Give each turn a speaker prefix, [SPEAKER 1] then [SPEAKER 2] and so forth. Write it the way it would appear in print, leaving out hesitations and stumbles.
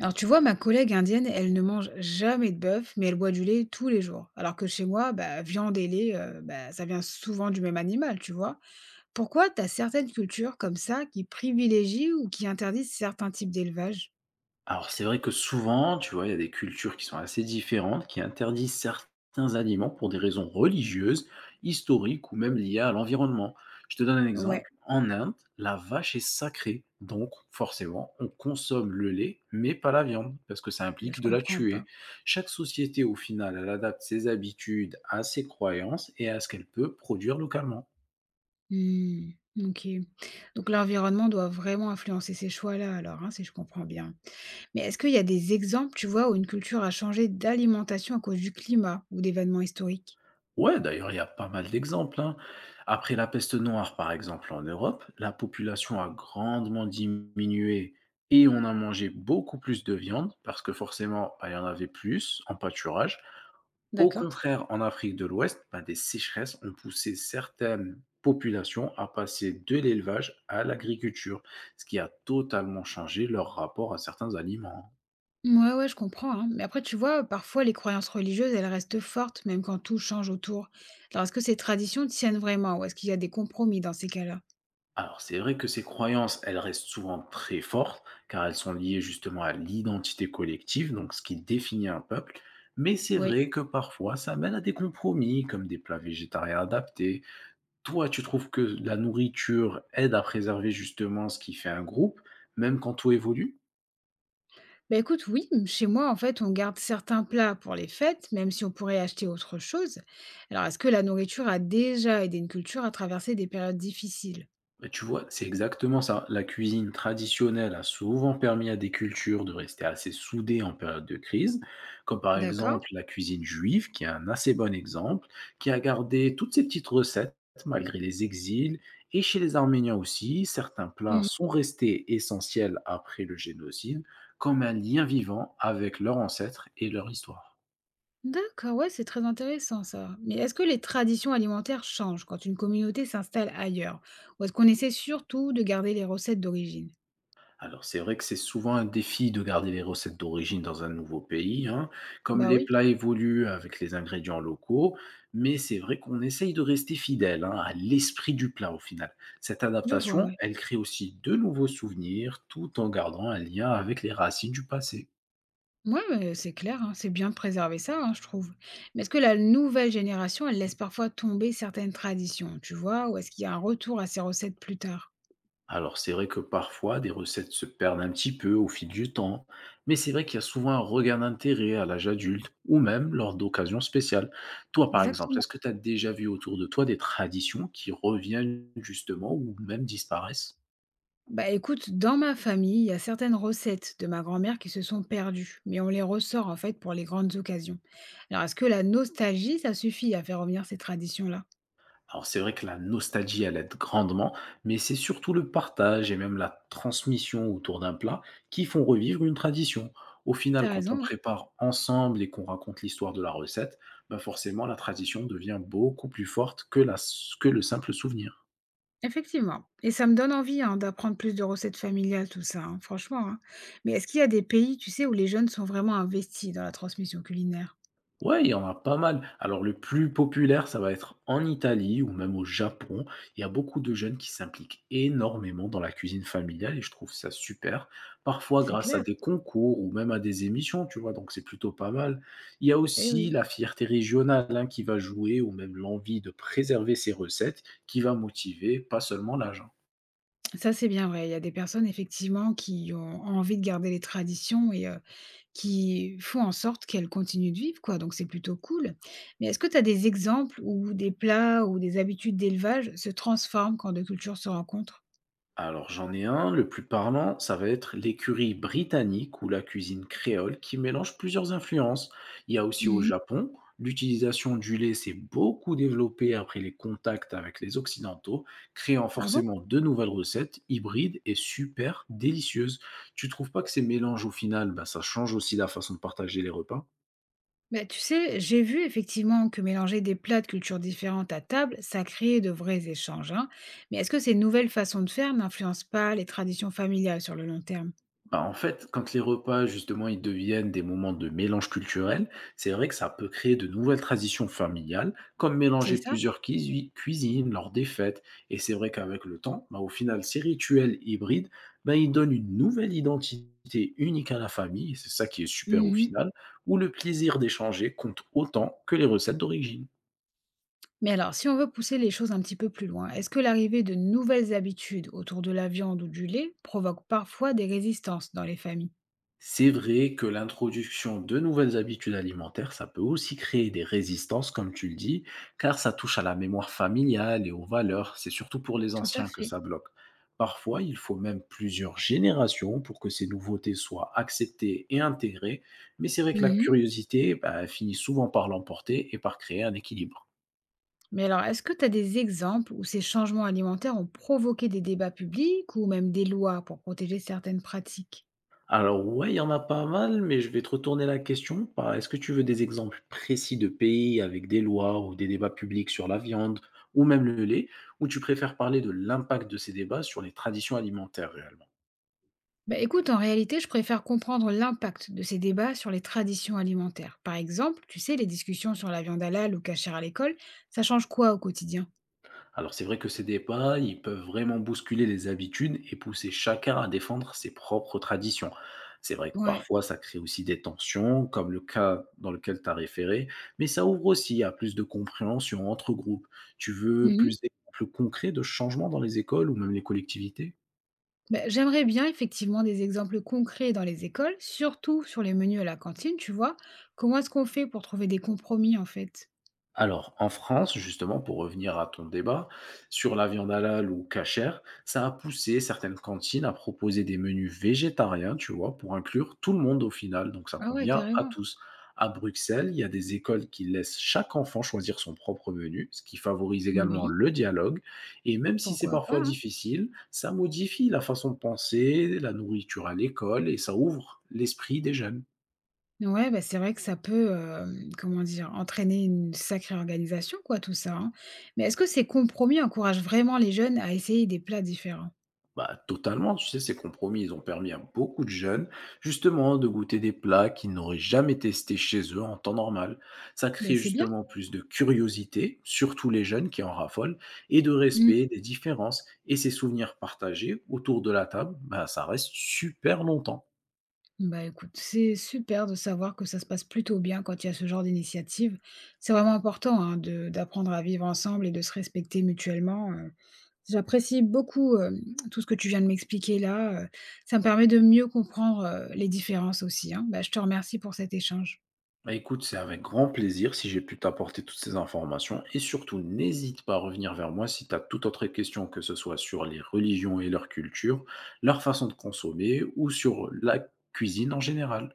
[SPEAKER 1] Alors tu vois, ma collègue indienne, elle ne mange jamais de bœuf, mais elle boit du lait tous les jours. Alors que chez moi, bah, viande et lait, bah, ça vient souvent du même animal, tu vois. Pourquoi tu as certaines cultures comme ça qui privilégient ou qui interdisent certains types d'élevage?
[SPEAKER 2] Alors c'est vrai que souvent, tu vois, il y a des cultures qui sont assez différentes, qui interdisent certains aliments pour des raisons religieuses, historiques ou même liées à l'environnement. Je te donne un
[SPEAKER 1] Ouais,
[SPEAKER 2] exemple. En Inde, la vache est sacrée. Donc, forcément, on consomme le lait, mais pas la viande, parce que ça
[SPEAKER 1] bah,
[SPEAKER 2] implique
[SPEAKER 1] je
[SPEAKER 2] de la
[SPEAKER 1] comprends pas.
[SPEAKER 2] tuer. Chaque société, au final, elle adapte ses habitudes à ses croyances et à ce qu'elle peut produire localement.
[SPEAKER 1] Hmm, ok. Donc l'environnement doit vraiment influencer ces choix-là, alors, hein, si je comprends bien. Mais est-ce qu'il y a des exemples, tu vois, où une culture a changé d'alimentation à cause du climat ou d'événements historiques?
[SPEAKER 2] Ouais, d'ailleurs, il y a pas mal d'exemples, hein. Après la peste noire, par exemple, en Europe, la population a grandement diminué et on a mangé beaucoup plus de viande parce que forcément, bah, il y en avait plus en pâturage. Au
[SPEAKER 1] D'accord.
[SPEAKER 2] contraire, en Afrique de l'Ouest, bah, des sécheresses ont poussé certaines populations à passer de l'élevage à l'agriculture, ce qui a totalement changé leur rapport à certains aliments, hein.
[SPEAKER 1] Ouais, ouais, je comprends, hein. Mais après, tu vois, parfois, les croyances religieuses, elles restent fortes, même quand tout change autour. Alors, est-ce que ces traditions tiennent vraiment ou est-ce qu'il y a des compromis dans ces cas-là?
[SPEAKER 2] Alors, c'est vrai que ces croyances, elles restent souvent très fortes, car elles sont liées justement à l'identité collective, donc ce qui définit un peuple. Mais c'est
[SPEAKER 1] Oui.
[SPEAKER 2] vrai que parfois, ça mène à des compromis, comme des plats végétariens adaptés. Toi, tu trouves que la nourriture aide à préserver justement ce qui fait un groupe, même quand tout évolue?
[SPEAKER 1] Bah écoute, oui, chez moi, en fait, on garde certains plats pour les fêtes, même si on pourrait acheter autre chose. Alors, est-ce que la nourriture a déjà aidé une culture à traverser des périodes difficiles?
[SPEAKER 2] Bah, tu vois, c'est exactement ça. La cuisine traditionnelle a souvent permis à des cultures de rester assez soudées en période de crise, comme par
[SPEAKER 1] D'accord?
[SPEAKER 2] exemple la cuisine juive, qui est un assez bon exemple, qui a gardé toutes ses petites recettes malgré les exils. Et chez les Arméniens aussi, certains plats
[SPEAKER 1] Mhm.
[SPEAKER 2] sont restés essentiels après le génocide, comme un lien vivant avec leurs ancêtres et leur histoire.
[SPEAKER 1] D'accord, ouais, c'est très intéressant ça. Mais est-ce que les traditions alimentaires changent quand une communauté s'installe ailleurs? Ou est-ce qu'on essaie surtout de garder les recettes d'origine?
[SPEAKER 2] Alors, c'est vrai que c'est souvent un défi de garder les recettes d'origine dans un nouveau pays, hein, comme
[SPEAKER 1] Bah
[SPEAKER 2] les
[SPEAKER 1] oui,
[SPEAKER 2] plats évoluent avec les ingrédients locaux, mais c'est vrai qu'on essaye de rester fidèle, hein, à l'esprit du plat au final. Cette
[SPEAKER 1] je vois,
[SPEAKER 2] adaptation,
[SPEAKER 1] ouais.
[SPEAKER 2] elle crée aussi de nouveaux souvenirs tout en gardant un lien avec les racines du passé.
[SPEAKER 1] Ouais, c'est clair, hein, c'est bien de préserver ça, hein, je trouve. Mais est-ce que la nouvelle génération, elle laisse parfois tomber certaines traditions, tu vois, ou est-ce qu'il y a un retour à ces recettes plus tard?
[SPEAKER 2] Alors, c'est vrai que parfois, des recettes se perdent un petit peu au fil du temps, mais c'est vrai qu'il y a souvent un regard d'intérêt à l'âge adulte ou même lors d'occasions spéciales. Toi, par exemple,
[SPEAKER 1] Exactement.
[SPEAKER 2] est-ce que tu as déjà vu autour de toi des traditions qui reviennent justement ou même disparaissent?
[SPEAKER 1] Bah écoute, dans ma famille, il y a certaines recettes de ma grand-mère qui se sont perdues, mais on les ressort en fait pour les grandes occasions. Alors est-ce que la nostalgie, ça suffit à faire revenir ces traditions-là?
[SPEAKER 2] Alors c'est vrai que la nostalgie, elle aide grandement, mais c'est surtout le partage et même la transmission autour d'un plat qui font revivre une tradition. Au final,
[SPEAKER 1] T'as
[SPEAKER 2] quand on
[SPEAKER 1] raison, ouais.
[SPEAKER 2] prépare ensemble et qu'on raconte l'histoire de la recette, bah forcément la tradition devient beaucoup plus forte que que le simple souvenir.
[SPEAKER 1] Effectivement, et ça me donne envie, hein, d'apprendre plus de recettes familiales tout ça, hein, franchement, hein. Mais est-ce qu'il y a des pays, tu sais, où les jeunes sont vraiment investis dans la transmission culinaire?
[SPEAKER 2] Ouais, il y en a pas mal. Alors le plus populaire, ça va être en Italie ou même au Japon. Il y a beaucoup de jeunes qui s'impliquent énormément dans la cuisine familiale et je trouve ça super. Parfois
[SPEAKER 1] C'est
[SPEAKER 2] grâce à
[SPEAKER 1] clair.
[SPEAKER 2] des concours ou même à des émissions, tu vois, donc c'est plutôt pas mal. Il y a
[SPEAKER 1] Eh
[SPEAKER 2] aussi
[SPEAKER 1] oui,
[SPEAKER 2] la fierté régionale, hein, qui va jouer ou même l'envie de préserver ses recettes qui va motiver pas seulement l'agent.
[SPEAKER 1] ça c'est bien vrai. Il y a des personnes effectivement qui ont envie de garder les traditions et qui font en sorte qu'elles continuent de vivre quoi, donc c'est plutôt cool. Mais est-ce que tu as des exemples où des plats ou des habitudes d'élevage se transforment quand 2 cultures se rencontrent?
[SPEAKER 2] Alors j'en ai un, le plus parlant, ça va être l'écurie britannique ou la cuisine créole qui mélange plusieurs influences. Il y a aussi au
[SPEAKER 1] Mmh.
[SPEAKER 2] Japon, l'utilisation du lait s'est beaucoup développée après les contacts avec les Occidentaux, créant
[SPEAKER 1] Ah bon?
[SPEAKER 2] forcément de nouvelles recettes hybrides et super délicieuses. Tu trouves pas que ces mélanges au final, bah, ça change aussi la façon de partager les repas?
[SPEAKER 1] Bah, tu sais, j'ai vu effectivement que mélanger des plats de cultures différentes à table, ça crée de vrais échanges, hein. Mais est-ce que ces nouvelles façons de faire n'influencent pas les traditions familiales sur le long terme?
[SPEAKER 2] Bah, en fait, quand les repas, justement, ils deviennent des moments de mélange culturel, c'est vrai que ça peut créer de nouvelles traditions familiales, comme
[SPEAKER 1] C'est
[SPEAKER 2] mélanger
[SPEAKER 1] ça.
[SPEAKER 2] plusieurs cuisines lors des fêtes. Et c'est vrai qu'avec le temps, bah, au final, ces rituels hybrides, bah, ils donnent une nouvelle identité unique à la famille, et c'est ça qui est super au
[SPEAKER 1] Mhm.
[SPEAKER 2] final, où le plaisir d'échanger compte autant que les recettes d'origine.
[SPEAKER 1] Mais alors, si on veut pousser les choses un petit peu plus loin, est-ce que l'arrivée de nouvelles habitudes autour de la viande ou du lait provoque parfois des résistances dans les familles?
[SPEAKER 2] C'est vrai que l'introduction de nouvelles habitudes alimentaires, ça peut aussi créer des résistances, comme tu le dis, car ça touche à la mémoire familiale et aux valeurs. C'est surtout pour les
[SPEAKER 1] Tout à
[SPEAKER 2] anciens que
[SPEAKER 1] fait.
[SPEAKER 2] ça bloque. Parfois, il faut même plusieurs générations pour que ces nouveautés soient acceptées et intégrées, mais c'est vrai que la
[SPEAKER 1] Mhm.
[SPEAKER 2] curiosité, bah, finit souvent par l'emporter et par créer un équilibre.
[SPEAKER 1] Mais alors, est-ce que tu as des exemples où ces changements alimentaires ont provoqué des débats publics ou même des lois pour protéger certaines pratiques?
[SPEAKER 2] Alors ouais, il y en a pas mal, mais je vais te retourner la question par est-ce que tu veux des exemples précis de pays avec des lois ou des débats publics sur la viande ou même le lait, ou tu préfères parler de l'impact de ces débats sur les traditions alimentaires réellement?
[SPEAKER 1] Bah, écoute, en réalité, je préfère comprendre l'impact de ces débats sur les traditions alimentaires. Par exemple, tu sais, les discussions sur la viande halal ou cachère à l'école, ça change quoi au quotidien?
[SPEAKER 2] Alors c'est vrai que ces débats, ils peuvent vraiment bousculer les habitudes et pousser chacun à défendre ses propres traditions. C'est vrai que
[SPEAKER 1] Ouais.
[SPEAKER 2] parfois ça crée aussi des tensions, comme le cas dans lequel tu as référé, mais ça ouvre aussi à plus de compréhension entre groupes. Tu veux
[SPEAKER 1] Mhm.
[SPEAKER 2] plus d'exemples concrets de changements dans les écoles ou même les collectivités?
[SPEAKER 1] Bah, j'aimerais bien effectivement des exemples concrets dans les écoles, surtout sur les menus à la cantine, tu vois. Comment est-ce qu'on fait pour trouver des compromis en fait?
[SPEAKER 2] Alors, en France, justement, pour revenir à ton débat sur la viande halal ou cachère, ça a poussé certaines cantines à proposer des menus végétariens, tu vois, pour inclure tout le monde au final, donc ça
[SPEAKER 1] Ah ouais,
[SPEAKER 2] convient à
[SPEAKER 1] carrément.
[SPEAKER 2] tous. À Bruxelles, il y a des écoles qui laissent chaque enfant choisir son propre menu, ce qui favorise également
[SPEAKER 1] Oui,
[SPEAKER 2] le dialogue. Et même si c'est
[SPEAKER 1] pourquoi pas,
[SPEAKER 2] parfois
[SPEAKER 1] hein.
[SPEAKER 2] difficile, ça modifie la façon de penser la nourriture à l'école, et ça ouvre l'esprit des jeunes.
[SPEAKER 1] Ouais, bah, c'est vrai que ça peut, comment dire? Entraîner une sacrée organisation quoi, tout ça, hein. Mais est-ce que ces compromis encouragent vraiment les jeunes à essayer des plats différents?
[SPEAKER 2] Bah, totalement, tu sais, ces compromis, ils ont permis à beaucoup de jeunes, justement, de goûter des plats qu'ils n'auraient jamais testés chez eux en temps normal. Ça
[SPEAKER 1] Bah,
[SPEAKER 2] crée
[SPEAKER 1] c'est bien.
[SPEAKER 2] justement plus de curiosité, surtout les jeunes qui en raffolent, et de
[SPEAKER 1] Mmh.
[SPEAKER 2] respect des différences. Et ces souvenirs partagés autour de la table, bah, ça reste super longtemps.
[SPEAKER 1] Bah, écoute, c'est super de savoir que ça se passe plutôt bien quand il y a ce genre d'initiative. C'est vraiment important, hein, de d'apprendre à vivre ensemble et de se respecter mutuellement, J'apprécie beaucoup, tout ce que tu viens de m'expliquer là, ça me permet de mieux comprendre, les différences aussi, hein. Bah, je te remercie pour cet échange.
[SPEAKER 2] Bah écoute, c'est avec grand plaisir si j'ai pu t'apporter toutes ces informations et surtout n'hésite pas à revenir vers moi si tu as toute autre question, que ce soit sur les religions et leur culture, leur façon de consommer ou sur la cuisine en général.